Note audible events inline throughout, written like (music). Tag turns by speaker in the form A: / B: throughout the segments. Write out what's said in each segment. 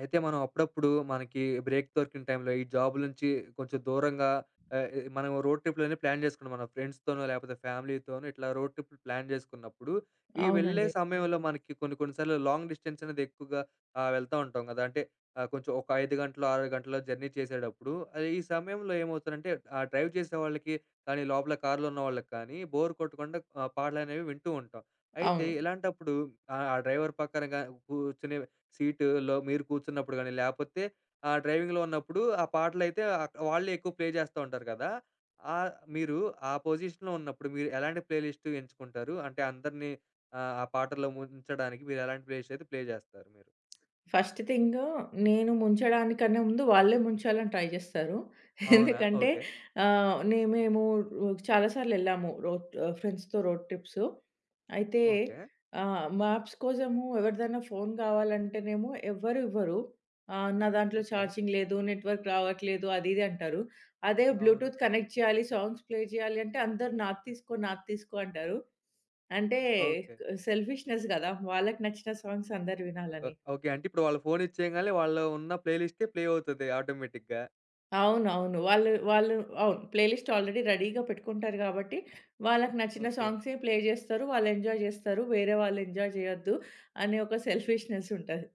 A: అయితే మనం అప్పుడప్పుడు మనకి బ్రేక్ దొరికిన టైంలో ఈ జాబ్ నుంచి కొంచెం దూరంగా ఆహ్, ఎ మనం రోడ్ ట్రిప్‌లని ప్లాన్ చేసుకున్నాం. మన ఫ్రెండ్స్‌తోనో లేపోతే ఫ్యామిలీతోనో ఇట్లా రోడ్ ట్రిప్‌లు ప్లాన్ చేసుకున్నప్పుడు, ఈ వెళ్ళే
B: అవునండి.
A: సమయంలో మనకి కొన్ని కొన్ని సార్లు లాంగ్ డిస్టెన్స్ అనేది ఎక్కువగా వెళ్తా ఉంటాం కదా! అంటే కొంచెం ఒక 5 గంటలు, 6 గంటలు జర్నీ చేసేటప్పుడు ఈ సమయంలో ఏమవుతుందంటే డ్రైవ్ చేసేవాళ్ళకి కానీ, లోపల కార్‌లో ఉన్నవాళ్ళకి కానీ బోర్ కొట్టకుండా పాటలనేవి వింటూ ఉంటాం. అయితే
B: అవును.
A: ఇలాంటప్పుడు ఆ డ్రైవర్ పక్కన గా కూర్చొని సీటులో మీరు కూర్చున్నప్పుడు గానీ, లేపోతే డ్రైవింగ్‌లో ఉన్నప్పుడు ఆ పాటలైతే వాళ్ళే ఎక్కువ ప్లే చేస్తా ఉంటారు కదా! మీరు ఆ పొజిషన్‌లో ఉన్నప్పుడు మీరు ఎలాంటి ప్లే లిస్ట్ ఎంచుకుంటారు? అంటే అందరిని ఆ పాటల్లో ముంచడానికి మీరు ఎలాంటి ప్లే లిస్ట్ అయితే ప్లే చేస్తారు మీరు?
B: ఫస్ట్ థింగ్ నేను ముంచడానికన్నా ముందు వాళ్ళే ముంచాలని ట్రై చేస్తారు. (laughs)
A: అవునా?
B: ఎందుకంటే
A: ఓకే.
B: మేము చాలా సార్లు వెళ్ళాము ఫ్రెండ్స్‌తో రోడ్ ట్రిప్స్. అయితే
A: ఓకే.
B: మ్యాప్స్ కోసము ఎవరిదైనా ఫోన్ కావాలంటేనేమో ఎవ్వరు ఇవ్వరు. నా దాంట్లో
A: ఓకే.
B: ఛార్జింగ్ లేదు, నెట్వర్క్ రావట్లేదు అది ఇది అంటారు. అదే
A: అవును.
B: బ్లూటూత్ కనెక్ట్ చేయాలి, సాంగ్స్ ప్లే చేయాలి అంటే అందరూ నాది తీసుకో, నాది తీసుకో అంటారు. అంటే
A: ఓకే.
B: సెల్ఫిష్‌నెస్ కదా! వాళ్ళకి నచ్చిన సాంగ్స్ అందరు వినాలని.
A: ఓహ్! ఓకే. అంటే ఇప్పుడు వాళ్ళు ఫోన్ ఇచ్చేయంగాలనే వాళ్ళు ఉన్న ప్లే లిస్టే ప్లే అవుతది ఆటోమేటిక్‌గా.
B: అవునవును. వాళ్ళు వాళ్ళు అవును. ప్లే లిస్ట్ ఆల్రెడీ రెడీగా పెట్టుకుంటారు గాబట్టి, వాళ్ళకి నచ్చిన
A: ఓకే.
B: సాంగ్సే ప్లే జేస్తారు. వాళ్ళు ఎంజాయ్ జేస్తారు. వేరే వాళ్ళు ఎంజాయ్ జేయొద్దు అనే ఒక సెల్ఫిష్‌నెస్ ఉంటది.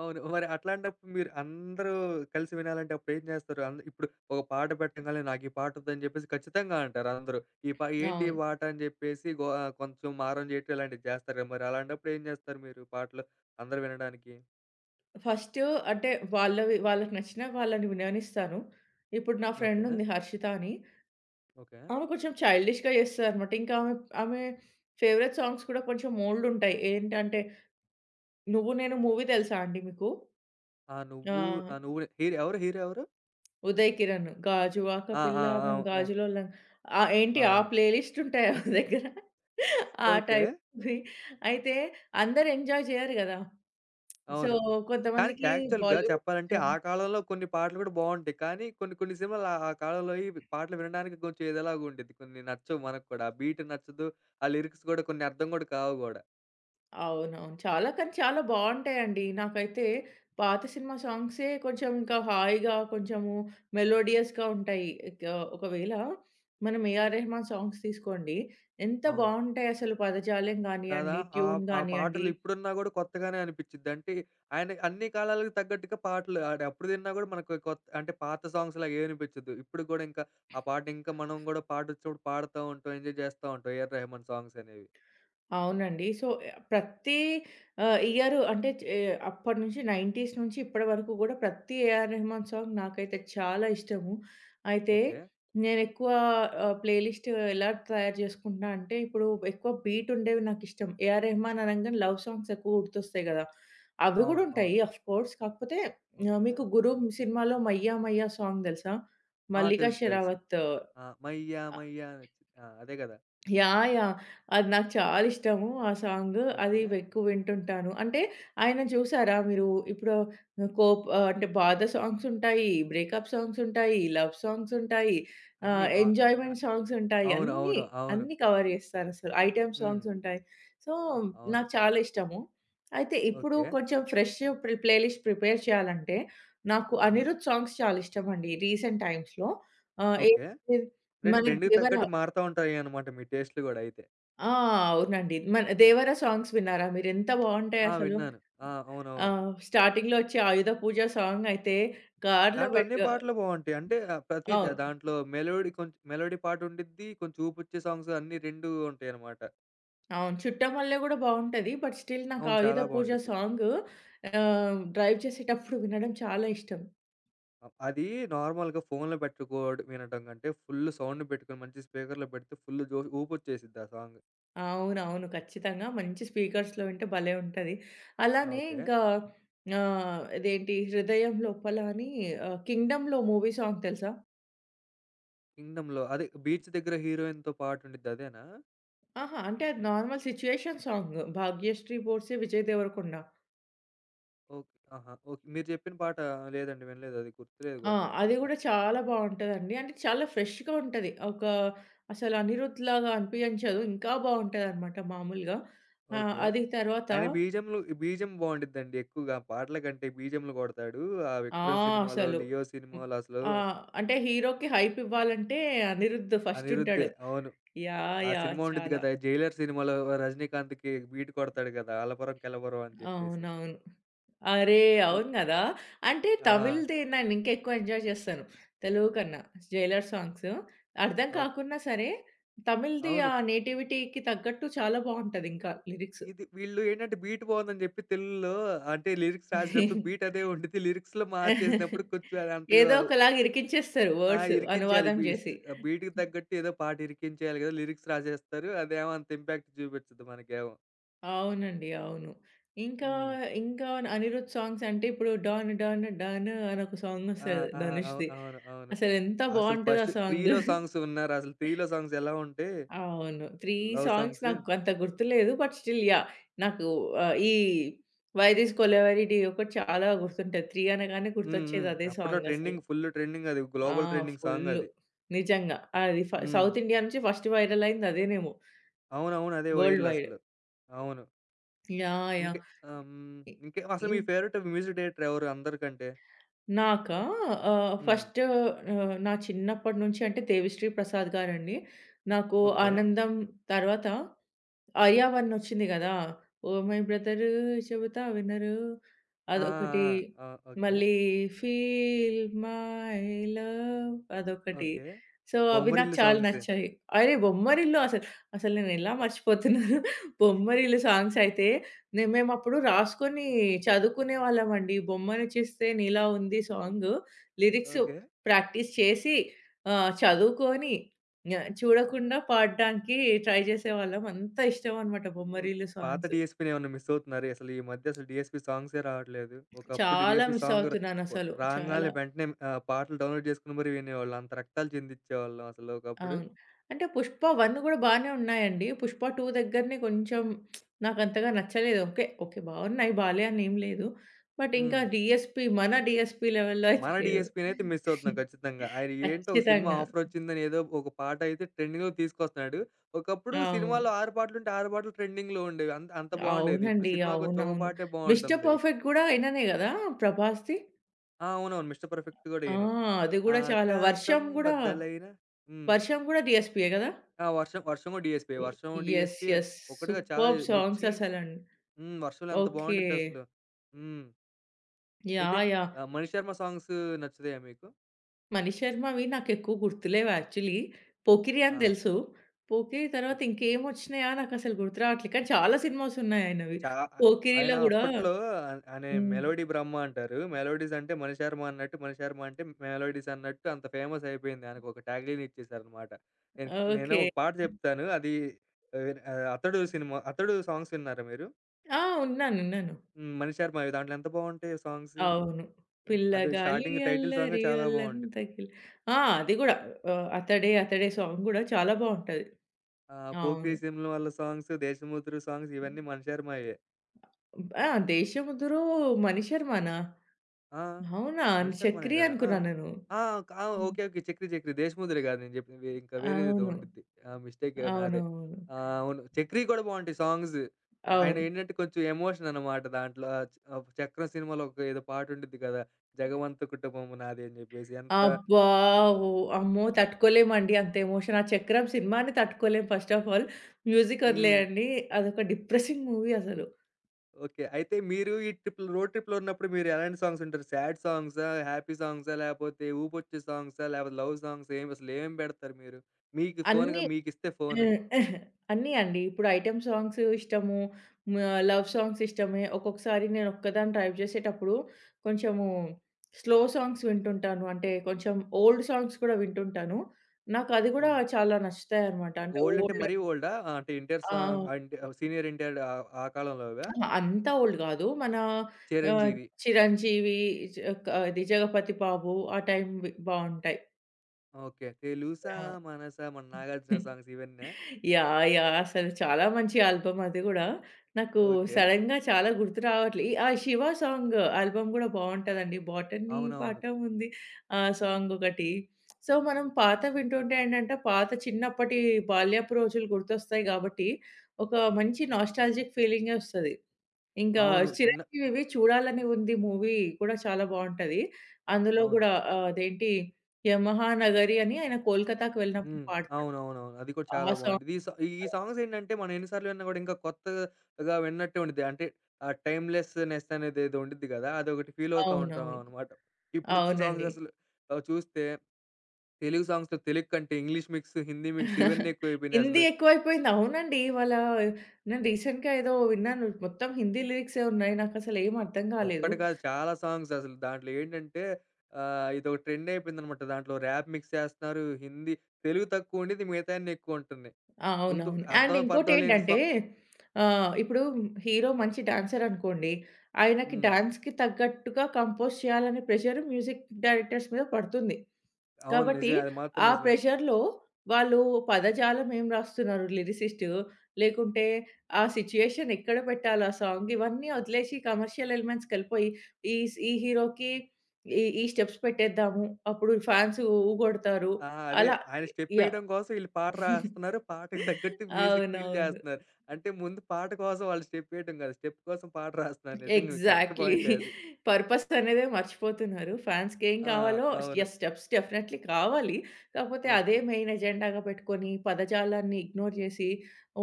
A: అవును. మరి అట్లాంటప్పుడు మీరు అందరూ కలిసి వినాలంటే అప్పుడేం జేస్తారు? ఇప్పుడు ఒక పాట పెట్టంగానే నాకు ఈ పాటొద్దని జెప్పేసి ఖచ్చితంగా అంటారు అందరూ. ఈ పా ఏంటి ఈ
B: అవును.
A: పాట అని జెప్పేసి కొంచెం మారం జేయటం ఇలాంటివి జేస్తారు గదా! మరి అలాంటప్పుడు ఏం జేస్తారు మీరు పాటలు అందరూ వినడానికి?
B: ఫస్టు అంటే వాళ్ళవి వాళ్ళకి నచ్చిన వాళ్ళని విననిస్తాను. ఇప్పుడు నా
A: ఓకే.
B: ఫ్రెండ్ ఉంది హర్షిత అని.
A: ఓకే.
B: ఆమె కొంచెం చైల్డిష్‌గా జేస్తదనమాట. ఇంకా ఆమె ఆమె ఫేవరెట్ సాంగ్స్ కూడా కొంచెం ఓల్డ్ ఉంటాయి. ఏంటంటే 'నువ్వు నేను' మూవీ తెలుసా అండి మీకు?
A: ఆ!
B: ఆ!
A: నువ్వు ఆ! నువ్వు హీరో ఎవరు? హీరో ఎవరు?
B: 'ఉదయ్ కిరణ్' 'గాజువాక
A: ఆ! ఆ!
B: పిల్ల
A: ఆ!
B: మేము
A: ఓహ్!
B: గాజులోల్లం'. ఏంటి
A: ఆ!
B: ఆ ప్లే లిస్ట్ ఉంటాయా మీ దగ్గర? ఆ
A: ఓకే.
B: టైప్‌వి. అయితే అందరూ ఎంజాయ్ చేయరు గదా! సో,
A: అవును. కానీ
B: కొంతమందికి
A: యాక్చువల్‌గా
B: బాలీవుడ్
A: చెప్పాలంటే
B: ఇష్టం.
A: ఆ కాలంలో కొన్ని పాటలు కూడా బావుంటాయి. కానీ కొన్ని కొన్ని సినిమాలు ఆ కాలంలోయి పాటలు వినడానికి కొంచెం ఏదోలాగా ఉండిద్ది. కొన్ని నచ్చవు మనకు కూడా. ఆ బీట్ నచ్చదు. ఆ లిరిక్స్ కూడా కొన్ని అర్థం కూడా కావు గూడా.
B: అవునవును. చాలా కానీ చాలా బావుంటాయండి. నాకైతే పాత సినిమా సాంగ్సే కొంచెం ఇంకా హాయిగా కొంచెము మెలోడియస్‌గా ఉంటాయి. ఇక ఒకవేళ మనం 'ఏఆర్ రెహమాన్' సాంగ్స్ తీసుకోండి, ఎంత
A: అవును.
B: బావుంటాయి అసలు పదజాలం
A: కదా!
B: గానియండి,
A: ఆ
B: ట్యూన్
A: ఆ పాటలు
B: గానియండి.
A: ఇప్పుడున్నా గూడా కొత్తగానే అనిపిచ్చిద్ది. అంటే ఆయన అన్ని కాలాలకు తగ్గట్టుగా పాటలు అప్పుడు విన్నా గూడా మనకు కొత్త అంటే పాత సాంగ్స్‌లాగా ఏమనిపిచ్చదు. ఇప్పుడు గూడా ఇంకా ఆ పాట ఇంకా మనం గూడా పాటొచ్చినప్పుడు పాడుతా ఉంటాం. ఎంజాయ్ చేస్తా ఉంటాం. ఏఆర్ రెహమాన్ సాంగ్స్ అనేవి.
B: అవునండి. సో, ప్రతి ఇయర్ అంటే చ్ ఎ అప్పటి నుంచి 90స్ నుంచి ఇప్పటి వరకు గూడా ప్రతి 'ఏఆర్ రెహమాన్' సాంగ్ నాకైతే చాలా ఇష్టము. అయితే
A: ఓకే.
B: నేనెక్కువ ప్లేలిస్ట్ ఎలా తయారు జేసుకుంటున్నా అంటే, ఇప్పుడు ఎక్కువ బీట్ ఉండేవి నాకిష్టం. 'ఏఆర్ రెహమాన్' అనంగానే లవ్ సాంగ్స్ ఎక్కువ గుర్తొస్తాయి గదా! అవి గూడా
A: అవును.
B: ఉంటాయి
A: అవును.
B: Of course. కాకపోతే
A: ఓకే.
B: మీకు 'గురు' సినిమాలో 'మయ్యా మయ్యా' సాంగ్ దెలుసా?
A: ఆ!
B: మల్లికా
A: తెలుసు. తెలుసు.
B: షెరావత్.
A: ఆ! 'మయ్యా మయ్యా' నచ్చి ఆ! అదే గదా!
B: యాహ్! యాహ్! అది నాకు చాలా ఇష్టము ఆ సాంగు.
A: ఓకే.
B: అది ఎక్కువ వింటుంటాను. అంటే ఆయన చూసారా మీరు ఇప్పుడు అంటే బాధ సాంగ్స్ ఉంటాయి, బ్రేకప్ సాంగ్స్ ఉంటాయి, లవ్ సాంగ్స్ ఉంటాయి,
A: అన్నీ ఆ ఆహ్, ఆహ్,
B: ఎంజాయ్‌మెంట్ సాంగ్స్ ఉంటాయి.
A: అవును.
B: అన్నీ,
A: అవును. అవును.
B: అన్నీ కవర్ చేస్తారసలు. ఐటెమ్
A: హ్మ్.
B: సాంగ్స్ ఉంటాయి. సో,
A: అవును.
B: నాకు చాలా ఇష్టము. అయితే ఇప్పుడు
A: ఓకే.
B: కొంచెం ఫ్రెష్ ప్లే లిస్ట్ ప్రిపేర్ చేయాలంటే, నాకు
A: హుహు.
B: అనిరుద్ సాంగ్స్ చాలా ఇష్టమండి రీసెంట్ టైమ్స్‌లో.
A: ఓకే.
B: ఏది
A: అంటే
B: మనకి
A: ట్రెండ్‌కి
B: దేవర
A: తగ్గట్టు మారుతా ఉంటాయనమాట మీ టేస్ట్‌లు గూడా అయితే.
B: ఆ! అవునండి. మన 'దేవర' సాంగ్స్ విన్నారా మీరు? ఎంత
A: ఆ!
B: బావుంటాయసలు.
A: విన్నాను. ఆ!
B: ఆ!
A: అవునవును.
B: స్టార్టింగ్‌లో వచ్చే 'ఆయుధ పూజ' సాంగ్ అయితే కార్‌లో
A: దాంట్లో అన్ని పాటలు బావుంటాయి. అంటే ప్రతి
B: అవును.
A: దాంట్లో మెలోడీ కొంచెం మెలోడీ పాటుండిద్ది, కొంచెం ఊపొచ్చే సాంగ్స్ అన్నీ 2 ఉంటాయనమాట.
B: అవును. 'చుట్టమల్లె' కూడా బావుంటది. బట్ స్టిల్ నాకు
A: అవును.
B: 'ఆయుధ
A: చాలా
B: పూజ'
A: బావుండిద్ది.
B: సాంగ్ డ్రైవ్ చేసేటప్పుడు వినడం చాలా ఇష్టం.
A: అది నార్మల్‌గా ఫోన్‌లో పెట్టుకోడు వినటం కంటే, ఫుల్ సౌండ్ పెట్టుకొని మంచి స్పీకర్‌లో పెడితే ఫుల్ జో ఊపొచ్చేసిద్ది ఆ సాంగ్.
B: అవునవును. ఖచ్చితంగా. మంచి స్పీకర్స్‌లో వింటే భలే ఉంటది.
A: ఆ!
B: అలానే
A: ఓకే.
B: ఇంకా ఇదేంటి 'హృదయం లోపల' అని 'కింగ్‌డమ్‌లో' మూవీ సాంగ్ తెలుసా?
A: 'కింగ్‌డమ్‌లో' అదే బీచ్ దగ్గర హీరోయిన్‌తో పాటుండిద్ది అదేనా?
B: ఆహా! అంటే అది normal situation song. 'Bhagyashri' 'Borse' 'Vijay Deverakonda'.
A: Okay. ఆహా! ఓకే. మీరు చెప్పిన పాట లేదండి వినలేదు. అది గుర్తులేదు
B: ఆ!
A: గూడా నాకు.
B: అది గూడా చాలా బావుంటదండి. అంటే చాలా ఫ్రెష్‌గా ఉంటది. అసలు 'అనిరుద్‌లాగా' అనిపియంచదు. ఇంకా బావుంటదనమాట మామూలుగా. ఆ!
A: ఓకే.
B: అది తర్వాత.
A: ఆయన బీజీఎం బావుండిద్దండి ఎక్కువగా. పాటల కంటే బీజీఎంలు కొడతాడు. ఆ
B: ఆ!
A: 'విక్రమ్' సినిమాలో,
B: అసలు.
A: 'లియో'
B: హ్మ్.
A: సినిమాలో అసలు
B: ఆ! అంటే హీరోకి హైప్ ఇవ్వాలంటే అనిరుద్ ఫస్ట్
A: అనిరుద్దే.
B: ఉంటాడు.
A: అవును.
B: యాహ్!
A: ఆ
B: యాహ్!
A: సినిమా ఉండిద్ది
B: చాలా.
A: కదా! 'జైలర్' సినిమాలో రజనీకాంత్‌కి బీట్ కొడతాడు కదా! 'అలపురం కలవరం' అని చెప్పేసి.
B: అవునవును. అరే!
A: ఓకే.
B: అవును గదా! అంటే
A: ఆ!
B: తమిళ్‌ది నేను ఇంకా ఎక్కువ ఎంజాయ్ జేస్తాను. తెలుగు కన్నా 'జైలర్' సాంగ్స్ అర్థం
A: ఓకే.
B: కాకున్నా సరే, తమిళ్‌ది
A: అవును.
B: ఆ నేటివిటీకి తగ్గట్టు చాలా బావుంటది, ఇంకా లిరిక్స్.
A: ఇది వీళ్ళు ఏంటంటే బీట్ బావుందని జెప్పి తెలుగులో అంటే లిరిక్స్ రాసేటప్పుడు బీట్ అదే ఉండిద్ది. లిరిక్స్‌లో మార్చేసినప్పుడు
B: (laughs)
A: కొంచెం అది అంతగా
B: ఏదో ఒకలాగా ఇరికించేస్తారు
A: ఆ!
B: వర్డ్స్
A: ఇరికించేయాలి.
B: అనువాదం
A: బీ స్
B: జేసి.
A: బీట్‌కి తగ్గట్టు ఏదో పాట ఇరికించేయాలి గదా! లిరిక్స్ రాసేస్తారు. అదేమో అంత ఇంపాక్ట్ చూపిచ్చదు మనకేమో.
B: అవునండి. అవును. ఇంకా,
A: హ్మ్.
B: ఇంకా అనిరుద్ సాంగ్స్ అంటే ఇప్పుడు 'డాన్ డాన్ డాన్' అని ఒక సాంగ్
A: ఆ!
B: ఒస్తది
A: ఆ!
B: ధనుష్‌ది.
A: అవును. అవును.
B: అసలెంత
A: అసలు
B: బావుంటదో
A: ఫస్ట్
B: ఆ సాంగ్.
A: 3లో సాంగ్స్ విన్నారా? అసలు 3లో సాంగ్స్ ఎలా ఉంటే
B: అవును. 3
A: లవ్
B: సాంగ్స్
A: సాంగ్స్.
B: నాకు అంత గుర్తులేదు. But still yeah! నాకు ఈ 'వై దిస్ కొలావెరీ.డి' ఒకటి చాలా గుర్తుంటది. 3 అనగానే
A: హ్మ్.
B: గుర్తొచ్చేది
A: హ్మ్.
B: అదే
A: అప్పట్లో
B: సాంగ్ అసలు.
A: ట్రెండింగ్ ఫుల్ ట్రెండింగ్ అది.
B: ఆ!
A: Global trending song
B: full.
A: అది.
B: నిజంగా. అది
A: హ్మ్.
B: సౌత్ ఇండియా నుంచి ఫస్ట్ వైరల్ అయింది అదేనేమో
A: అవునవును. అదే
B: వరల్డ్
A: వైరల్
B: వైడ్.
A: అసలు. అవును.
B: యాహ్!
A: ఇంకే
B: యాహ్!
A: హ్మ్.
B: ఇ
A: ఇంకే అసలు
B: ఇం
A: మీ ఫేవరెట్ మ్యూజిక్ డైరెక్టర్ ఎవరు అందరికంటే?
B: నాకా?
A: హ్మ్.
B: ఫస్ట్ నా చిన్నప్పటి నుంచి అంటే 'దేవిశ్రీ ప్రసాద్' గారండి. నాకు
A: ఓకే.
B: 'ఆనందం' తర్వాత 'ఆర్యావరన్' వచ్చింది గదా! ఓ మై బ్రదరు, చెబుతా వినరు
A: ఆ!
B: అదొకటి.
A: ఆ! ఆ! ఆ! ఓకే.
B: మళ్ళీ 'ఫీల్ మై లవ్' అదొకటి.
A: ఓకే.
B: సో, అవి నాకు
A: బొమ్మరిల్లు
B: చాలా
A: సాంగ్సే.
B: నచ్చాయి. అరే! 'బొమ్మరిల్లు' అసలు, అసలు నేనెలా మర్చిపోతున్నాను! 'బొమ్మరిల్లు' సాంగ్స్ అయితే మేమప్పుడు రాసుకొని చదువుకునేవాళ్ళమండి. బొమ్మను చూస్తే నీలా ఉంది సాంగు. Lyrics
A: okay.
B: ప్రాక్టీస్ చేసి చదువుకొని చూడకుండా పాడడానికి ట్రై చేసేవాళ్ళం. అంత ఇష్టమనమాట
A: ఓకే.
B: బొమ్మరిల్లు
A: పాత
B: సాంగ్స్.
A: డీఎస్‌పీ‌ని ఏమన్నా మిస్ అవుతున్నారా? అసలు ఈ మధ్య అసలు డీఎస్‌పీ సాంగ్సే రావట్లేదు. ఒకప్పుడు
B: చాలా
A: డీఎస్‌పీ
B: మిస్
A: సాంగ్
B: అవుతున్నానసలు.
A: రాంగానే
B: చాలా.
A: వెంటనే పాటలు డౌన్‌లోడ్ చేసుకొని మరి వినేవాళ్ళం. అంత రక్తాలు చిందించేవాళ్ళం అసలు ఒకప్పుడు.
B: అవును. అంటే 'పుష్ప 1' గూడా బానే ఉన్నాయండి. 'పుష్ప 2' దగ్గరనే కొంచెం నాకంతగా నచ్చలేదు. ఓకే. ఓకే. బావున్నాయి. బాలే అని ఏం లేదు. బట్ ఇంకా
A: హ్మ్.
B: డీఎస్‌పీ మన డీఎస్‌పీ లెవెల్‌లో అయితే
A: మన
B: లేదు.
A: డీఎస్‌పీ‌నైతే మిస్ అవుతున్నాం ఖచ్చితంగా. ఆయన ఏంటో ఒక సినిమా
B: ఖచ్చితంగా.
A: ఆఫరొచ్చిందని ఏదో ఒక పాట అయితే ట్రెండింగ్‌లోకి తీసుకొస్తున్నాడు. ఒకప్పుడు
B: అవును.
A: సినిమాలో 6 పాటలుంటే 6 పాటలు ట్రెండింగ్‌లో ఉండేవి. అంత అంత బావుండేది. ఇప్పుడు
B: అవునండి.
A: సినిమాకొచ్చి ఒక
B: అవునవును.
A: పాటే
B: 'మిస్టర్
A: బావుంటుంది.
B: పర్ఫెక్ట్' గూడా ఈయననే గదా! 'ప్రభాస్‌ది'.
A: ఆ! అవునవును. 'మిస్టర్ పర్ఫెక్ట్' గూడా
B: ఆ!
A: ఈయనే.
B: అది గూడా చాలా.
A: ఆకాశం
B: 'వర్షం' గూడా.
A: బద్దలైన హ్మ్.
B: 'వర్షం' గూడా డీఎస్‌పీయే గదా!
A: ఆ! వర్షం, వర్షం గూడా డీఎస్‌పీ‌యే.
B: యె
A: వర్షం
B: యెస్.
A: డీఎస్‌పీ‌యే.
B: యెస్. సూపర్బ్ సాంగ్స్
A: 'మిర్చి'
B: అసలండి.
A: హ్మ్. 'వర్షంలో' ఎంత
B: ఓకే.
A: బావుండిద్దసలు. హ్మ్. అయితే
B: యాహ్! యాహ్!
A: 'మణిశర్మ' సాంగ్స్ నచ్చుతాయా మీకు?
B: 'మణి శర్మ'వి నాకెక్కువ గుర్తులేవు యాక్చువల్లీ. 'పోకిరి' అని
A: ఆ!
B: తెలుసు. 'పోకిరి' తర్వాత
A: ఓకే.
B: ఇంకేం వచ్చినాయా నాకసలు గుర్తు రావట్లే. కానీ చాలా సినిమాస్ ఉన్నాయి ఆయనవి.
A: చా ఆయన
B: 'పోకిరి'లో గూడా.
A: అప్పట్లో ఆన్ అనే
B: హ్మ్.
A: 'మెలోడీ బ్రహ్మ' అంటారు. మెలోడీస్ అంటే మణిశర్మ అన్నట్టు, మణిశర్మ అంటే మెలోడీస్ అన్నట్టు అంత ఫేమస్ అయిపోయింది. ఆయనకు ఒక ట్యాగ్‌లైన్ ఇచ్చేసారనమాట. నేను నేను
B: ఓకే.
A: ఒక పాట చెప్తాను. అది ఆహ్, ఆహ్, 'అతడు' సినిమా 'అతడు' సాంగ్స్ విన్నారా మీరు?
B: ఆ! ఉన్నాను. ఉన్నాను.
A: హ్మ్. మణిశర్మవి దాంట్లో ఎంత బావుంటాయో సాంగ్స్.
B: అవును.
A: అది
B: 'పిల్లగాలి
A: స్టార్టింగ్ టైటిల్ సాంగే
B: అల్లరి
A: చాలా
B: ఒళ్ళంత
A: బావుండిద్ది.
B: కిల'. ఆ! అది గూడా. 'అతడే అతడే' సాంగ్ గూడా చాలా బావుంటది.
A: 'పోకిరి
B: అవును.
A: సినిమా' వాళ్ళ సాంగ్స్, 'దేశముతురు' సాంగ్స్ ఇవన్నీ మణిశర్మయే.
B: ఆ! 'దేశముదురో' 'మణి శర్మ'నా?
A: ఆ!
B: అవునా?
A: 'మణి శర్మనే'
B: 'చక్రి'
A: గదా! ఆ!
B: అనుకున్నా నేను.
A: ఆ! ఆ!
B: హ్మ్.
A: ఓకే. ఓకే. 'చక్రి' 'దేశ్‌ముఖిదే' గాదు నేను జెప్పింది. ఇంకా వేరేదేదో
B: అవును.
A: ఉండిద్ది. ఆ! మిస్టేక్ నాదే.
B: అవునవును.
A: ఆ! అవును. 'చక్రి' గూడా బావుంటాయి సాంగ్స్.
B: అవును.
A: ఆయనేంటంటే కొంచెం ఎమోషన్ అనమాట దాంట్లో. 'చక్రం' సినిమాలో ఒక ఏదో పాటుండిద్ది కదా! 'జగమంత కుటుంబము నాదే' అని జెప్పేసి. ఎంత
B: అబ్బా! ఓహ్! అమ్మో! తట్టుకోలేమండి అంత ఎమోషన్. ఆ 'చక్రం' సినిమాని తట్టుకోలేం ఫస్ట్ ఆఫ్ ఆల్. మ్యూజిక్
A: హ్మ్.
B: వదిలేయండి. అదొక డిప్రెసింగ్ మూవీ అసలు.
A: ఓకే. అయితే మీరు ఈ ట్రిప్‌లో రోడ్ ట్రిప్‌లో ఉన్నప్పుడు మీరు ఎలాంటి సాంగ్స్ వింటారు? సాడ్ సాంగ్సా? హ్యాపీ సాంగ్సా? లేపోతే ఊపొచ్చే సాంగ్సా? లేపోతే లవ్ సాంగ్సా? ఏం అసలేం బెడతారు మీరు? మీకు
B: అన్నీ
A: ఫోనుగా మీకిస్తే ఫోను.
B: ఆహ్, అన్నీ అండి. ఇప్పుడు ఐటెమ్ సాంగ్స్ ఇష్టము. మ లవ్ సాంగ్స్ ఇష్టమే. ఒక్కొక్కసారి నేను ఒక్కదాన్ని డ్రైవ్ చేసేటప్పుడు కొంచెము స్లో సాంగ్స్ వింటుంటాను. అంటే కొంచెం ఓల్డ్ సాంగ్స్ కూడా వింటుంటాను. నాకు అది గూడా
A: హ్మ్.
B: చాలా నచ్చుతాయన్నమాట. అంటే
A: ఓల్డ్ అంటే
B: ఓల్డ్.
A: మరీ ఓల్డా? అంటే 'ఎన్టీఆర్'
B: ఆ!
A: సాంగ్ అంటే సీనియర్ 'ఎన్టీఆర్' ఆ కాలంలోవా?
B: అహా! అంత ఓల్డ్ గాదు. మన ఆహ్,
A: 'చిరంజీవి.'
B: 'చిరంజీవి', జ క ఇది 'జగపతి బాబు' ఆ టైమ్‌వి బావుంటాయి.
A: ఓకే. 'తెలుసా మనసా' మన 'నాగార్జున'
B: యాహ్!
A: సాంగ్స్ ఇవన్నా?
B: యాహ్! యాహ్! అసలు చాలా మంచి ఆల్బమ్ అది గూడా. నాకు
A: ఓకే.
B: సడెన్‌గా చాలా గుర్తు రావట్లే. ఆ! 'శివ' సాంగ్ ఆల్బమ్ గూడా బావుంటదండి. 'బాటనీ
A: అవునవును.
B: పాఠం' ఉంది. ఆ సాంగ్ ఒకటి. సో, మనం పాత వింటుంటే ఏంటంటే, పాత చిన్నప్పటి బాల్యపు రోజులు గుర్తొస్తాయి గాబట్టి, ఒక మంచి నాస్టాల్జిక్ ఫీలింగే ఒస్తది. ఇంకా
A: అవును. చిన్న
B: 'చిరంజీవివి' చూడాలని ఉంది, మూవీ కూడా చాలా బావుంటది. అందులో
A: అవును.
B: గూడా అదేంటి 'యమహా నగరి' అని ఆయన కోల్కతాకి వెళ్ళినప్పుడు
A: హ్మ్.
B: పాడతాడు.
A: అవునవునవును. అది కూడా
B: ఆ
A: చాలా
B: సాంగ్
A: బావుండిద్ది. ఈ సాంగ్స్ ఏంటంటే మనం ఎన్ని సార్లు విన్నా గూడా ఇంకా కొత్తగా విన్నట్టే ఉండిద్ది. అంటే ఆ టైమ్‌లెస్‌నెస్ అనేదేదో ఉండిద్ది గదా! అదొకటి ఫీల్ అవుతా ఉంటాం
B: అవునవును.
A: అనమాట. ఇప్పుడొచ్చిన సాంగ్స్
B: అవునండి.
A: అసలు చూస్తే తెలుగు సాంగ్స్‌లో తెలుగు కంటే ఇంగ్లీష్ మిక్స్, హిందీ మిక్స్ ఇవన్నీ
B: (laughs)
A: ఎక్కువైపోయినాయి
B: హిందీ
A: అసలు.
B: ఎక్కువైపోయింది. అవునండి. ఇవాళ నేను రీసెంట్‌గా ఏదో విన్నాను. మొత్తం హిందీ లిరిక్సే ఉన్నాయి. నాకసలేం అర్థం కాలేదు.
A: ఒక్కటి కాదు చాలా సాంగ్స్ అసలు. దాంట్లో ఏంటంటే ఇదొక ట్రెండ్ అయిపోయిందనమాట. దాంట్లో ర్యాప్ మిక్స్ చేస్తున్నారు. హిందీ, తెలుగు తక్కువ ఉండిద్ది. మిగతాయన్నీ ఎక్కువ ఉంటున్నాయి.
B: ఆ!
A: ముందు
B: అవునవును. అండ్
A: అర్థం పర్థం లేని
B: ఇంకోటేంటంటే,
A: స్వ
B: ఇప్పుడు హీరో మంచి డాన్సర్ అనుకోండి. ఆయనకి
A: హ్మ్.
B: డాన్స్‌కి తగ్గట్టుగా కంపోజ్ చేయాలనే ప్రెషర్ మ్యూజిక్ డైరెక్టర్స్ మీద పడుతుంది.
A: అవును.
B: కాబట్టి
A: నిజమే. అది మాత్రం
B: ఆ
A: నిజమే.
B: ప్రెషర్‌లో వాళ్ళు పదజాలం ఏం రాస్తున్నారు లిరిసిస్టు, లేకుంటే ఆ సిట్యుయేషన్ ఎక్కడ పెట్టాలి ఆ సాంగ్, ఇవన్నీ వదిలేసి కమర్షియల్ ఎలిమెంట్స్‌కెళ్ళిపోయి ఈ హీరోకి ఈ ఈ స్టెప్స్ పెట్టేద్దాము. అప్పుడు ఫాన్స్ ఊగొడతారు.
A: ఆ! అదే
B: అలా.
A: ఆయన
B: యాహ్!
A: స్టెప్పేయడం కోసం ఈళ్ళు పాట
B: (laughs)
A: రాస్తున్నారు. పాటకి తగ్గట్టు మ్యూజిక్ ఈళ్ళు
B: అవునవును.
A: చేస్తున్నారు. అంటే ముందు పాట కోసం వాళ్ళు స్టెప్పేయటం కాదు. స్టెప్ కోసం పాట రాస్తున్నారు. నిజంగా కరెక్ట్
B: ఎగ్జాక్ట్‌లీ.
A: పాయింటే అది.
B: పర్పస్ అనేదే మర్చిపోతున్నారు. ఫ్యాన్స్‌కి ఏం
A: ఆ!
B: కావాలో.
A: అవును.
B: యెస్, స్టెప్స్ డెఫినైట్‌లీ కావాలి. కాకపోతే అదే
A: ఓకే.
B: మెయిన్ ఎజెండాగా పెట్టుకొని పదజాలాన్ని ఇగ్నోర్ చేసి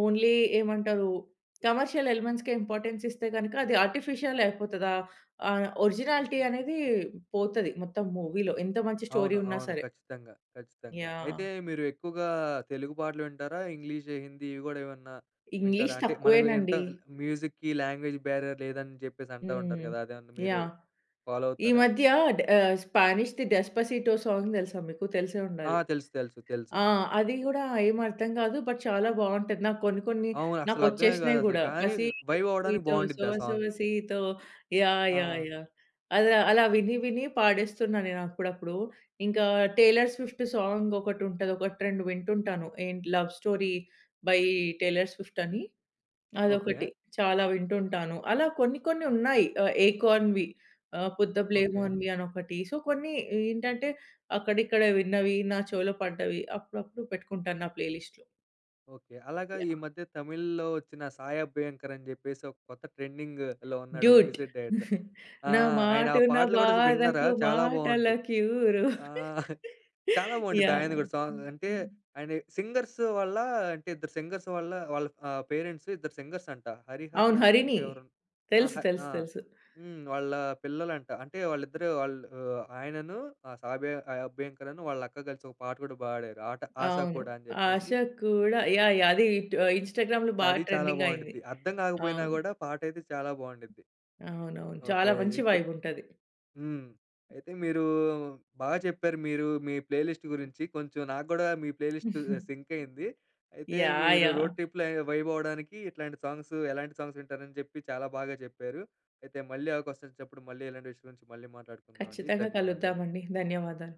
B: ఓన్లీ, ఏమంటారు, కమర్షియల్ ఎలిమెంట్స్‌కే ఇంపార్టెన్స్ ఇస్తే గనక అది ఆర్టిఫిషియల్ అయిపోతదా? ఒరిజినాలిటీ అనేది పోతది మొత్తం మూవీలో. ఎంత మంచి
A: అవును.
B: స్టోరీ ఉన్నా
A: అవును.
B: సరే.
A: ఖచ్చితంగా. ఖచ్చితంగా.
B: యాహ్!
A: అయితే మీరు ఎక్కువగా తెలుగు పాటలు వింటారా? ఇంగ్లీష్, హిందీ ఇవి గూడా ఏమన్నా వింటారా?
B: ఇంగ్లీష్
A: అంటే మనకు ఎంత
B: తక్కువేనండి.
A: మ్యూజిక్‌కి లాంగ్వేజ్ బ్యారియర్ లేదని జెప్పేసి అంటా ఉంటారు
B: హ్మ్.
A: గదా! అదేమన్నా మీరు
B: యాహ్!
A: ఫాలో
B: ఈ
A: అవుతారా?
B: మధ్య స్పానిష్‌ది 'డెస్పసీటో' సాంగ్ తెలుసా మీకు? తెలిసే
A: ఆ!
B: ఉండాలి.
A: తెలుసు. తెలుసు. తెలుసు.
B: ఆ! అది గూడా ఏమి అర్థం గాదు. బట్ చాలా బావుంటది. నాకు కొన్ని కొన్ని
A: అవును. అసలు అర్థమే
B: నాకొచ్చేసినయి
A: గాదసలు.
B: గూడా.
A: కానీ
B: 'పసీతో
A: వైబ్ అవ్వడానికి
B: పసీతో సో
A: బావుండిద్ది ఆ
B: సో
A: సాంగ్.
B: సీతో, యాహ్!
A: ఆ!
B: యాహ్! యాహ్!' అలా అలా విని విని పాడేస్తున్నా నేను అప్పుడప్పుడు. ఇంకా 'టేలర్ స్విఫ్ట్' సాంగ్ ఒకటుంటది. ఒకటి 2 వింటుంటాను. ఏంటి 'love story' by 'Taylor Swift' అని.
A: ఓకే.
B: అదొకటి. చాలా వింటుంటాను. అలా కొన్ని కొన్ని ఉన్నాయి. ఏకాన్వి,
A: ఓకే.
B: పొద్దబ్లేమోన్వి అనొకటి. సో, కొన్ని ఏంటంటే అక్కడిక్కడ విన్నవి, నా చెవిలో పడ్డవి అప్పుడప్పుడు పెట్టుకుంటాను నా ప్లే లిస్ట్‌లో.
A: ఓకే. అలాగా ఈ
B: యాహ్!
A: మధ్య తమిళ్‌లో వచ్చిన 'సాయ అభ్యంకర్' అని జెప్పేసి ఒక కొత్త ట్రెండింగ్‌లో ఉన్నాడు ఒక
B: డ్యూట్.
A: Music director. ఆ!
B: నా
A: ఆయన ఆ
B: మాటు నా
A: పాటలు గూడా విన్నారా?
B: బాధకు
A: చాలా
B: మాటల
A: బావుంటాయి.
B: క్యూరు.
A: ఆ! చాలా బావుండిద్ది
B: యాహ్!
A: ఆయనది గూడా సాంగ్. అంటే ఆయన సింగర్స్ వల్ల అంటే ఇద్దరు సింగర్స్ వల్ల వాళ్ళ పేరెంట్స్ ఇద్దరు సింగర్స్ అంట.
B: అవును.
A: హరిహరన్‌ను
B: 'హరిణి'
A: ఇంకెవరన్ ఆ!
B: తెలుసు. తెలుసు.
A: ఆ!
B: తెలుసు.
A: హ్మ్. వాళ్ళ పిల్లలంట. అంటే వాళ్ళిద్దరు ఆయనను ఆ 'సాబియా అభ్యంకర్' అను వాళ్ళ అక్క కలిసి ఒక పాట గూడా పాడారు. ఆట 'ఆశ'
B: అవును.
A: కూడా అని
B: 'ఆశ
A: జెప్పేసి
B: కూడా' యాహ్! యాహ్! అది ఇన్‌స్టాగ్రామ్‌లో
A: అది చాలా
B: ట్రెండింగ్ అయింది.
A: బావుండిద్ది. అర్థం కాకపోయినా
B: అవును.
A: గూడా పాటైతే చాలా బావుండిద్ది.
B: అవునవును.
A: ఓకే.
B: చాలా మంచి
A: అయితే
B: వైబుంటది.
A: హ్మ్. అయితే మీరు బాగా చెప్పారు మీరు మీ ప్లే లిస్ట్ గురించి. కొంచెం నాకు గూడా మీ ప్లే లిస్ట్ సింక్ అయింది. అయితే
B: యాహ్!
A: మీరు
B: యాహ్! (laughs)
A: రోడ్ ట్రిప్‌లో వైబ్ అవ్వడానికి ఇట్లాంటి సాంగ్స్, ఎలాంటి సాంగ్స్ వింటారని చెప్పి చాలా బాగా చెప్పారు. అయితే మళ్ళీ అవకాశం వచ్చినప్పుడు మళ్ళీ ఇలాంటి విషయం గురించి మళ్ళీ మాట్లాడుకుందామండి.
B: ఖచ్చితంగా కలుద్దామండి.
A: ధన్యవాదాలు.
B: ధన్యవాదాలు.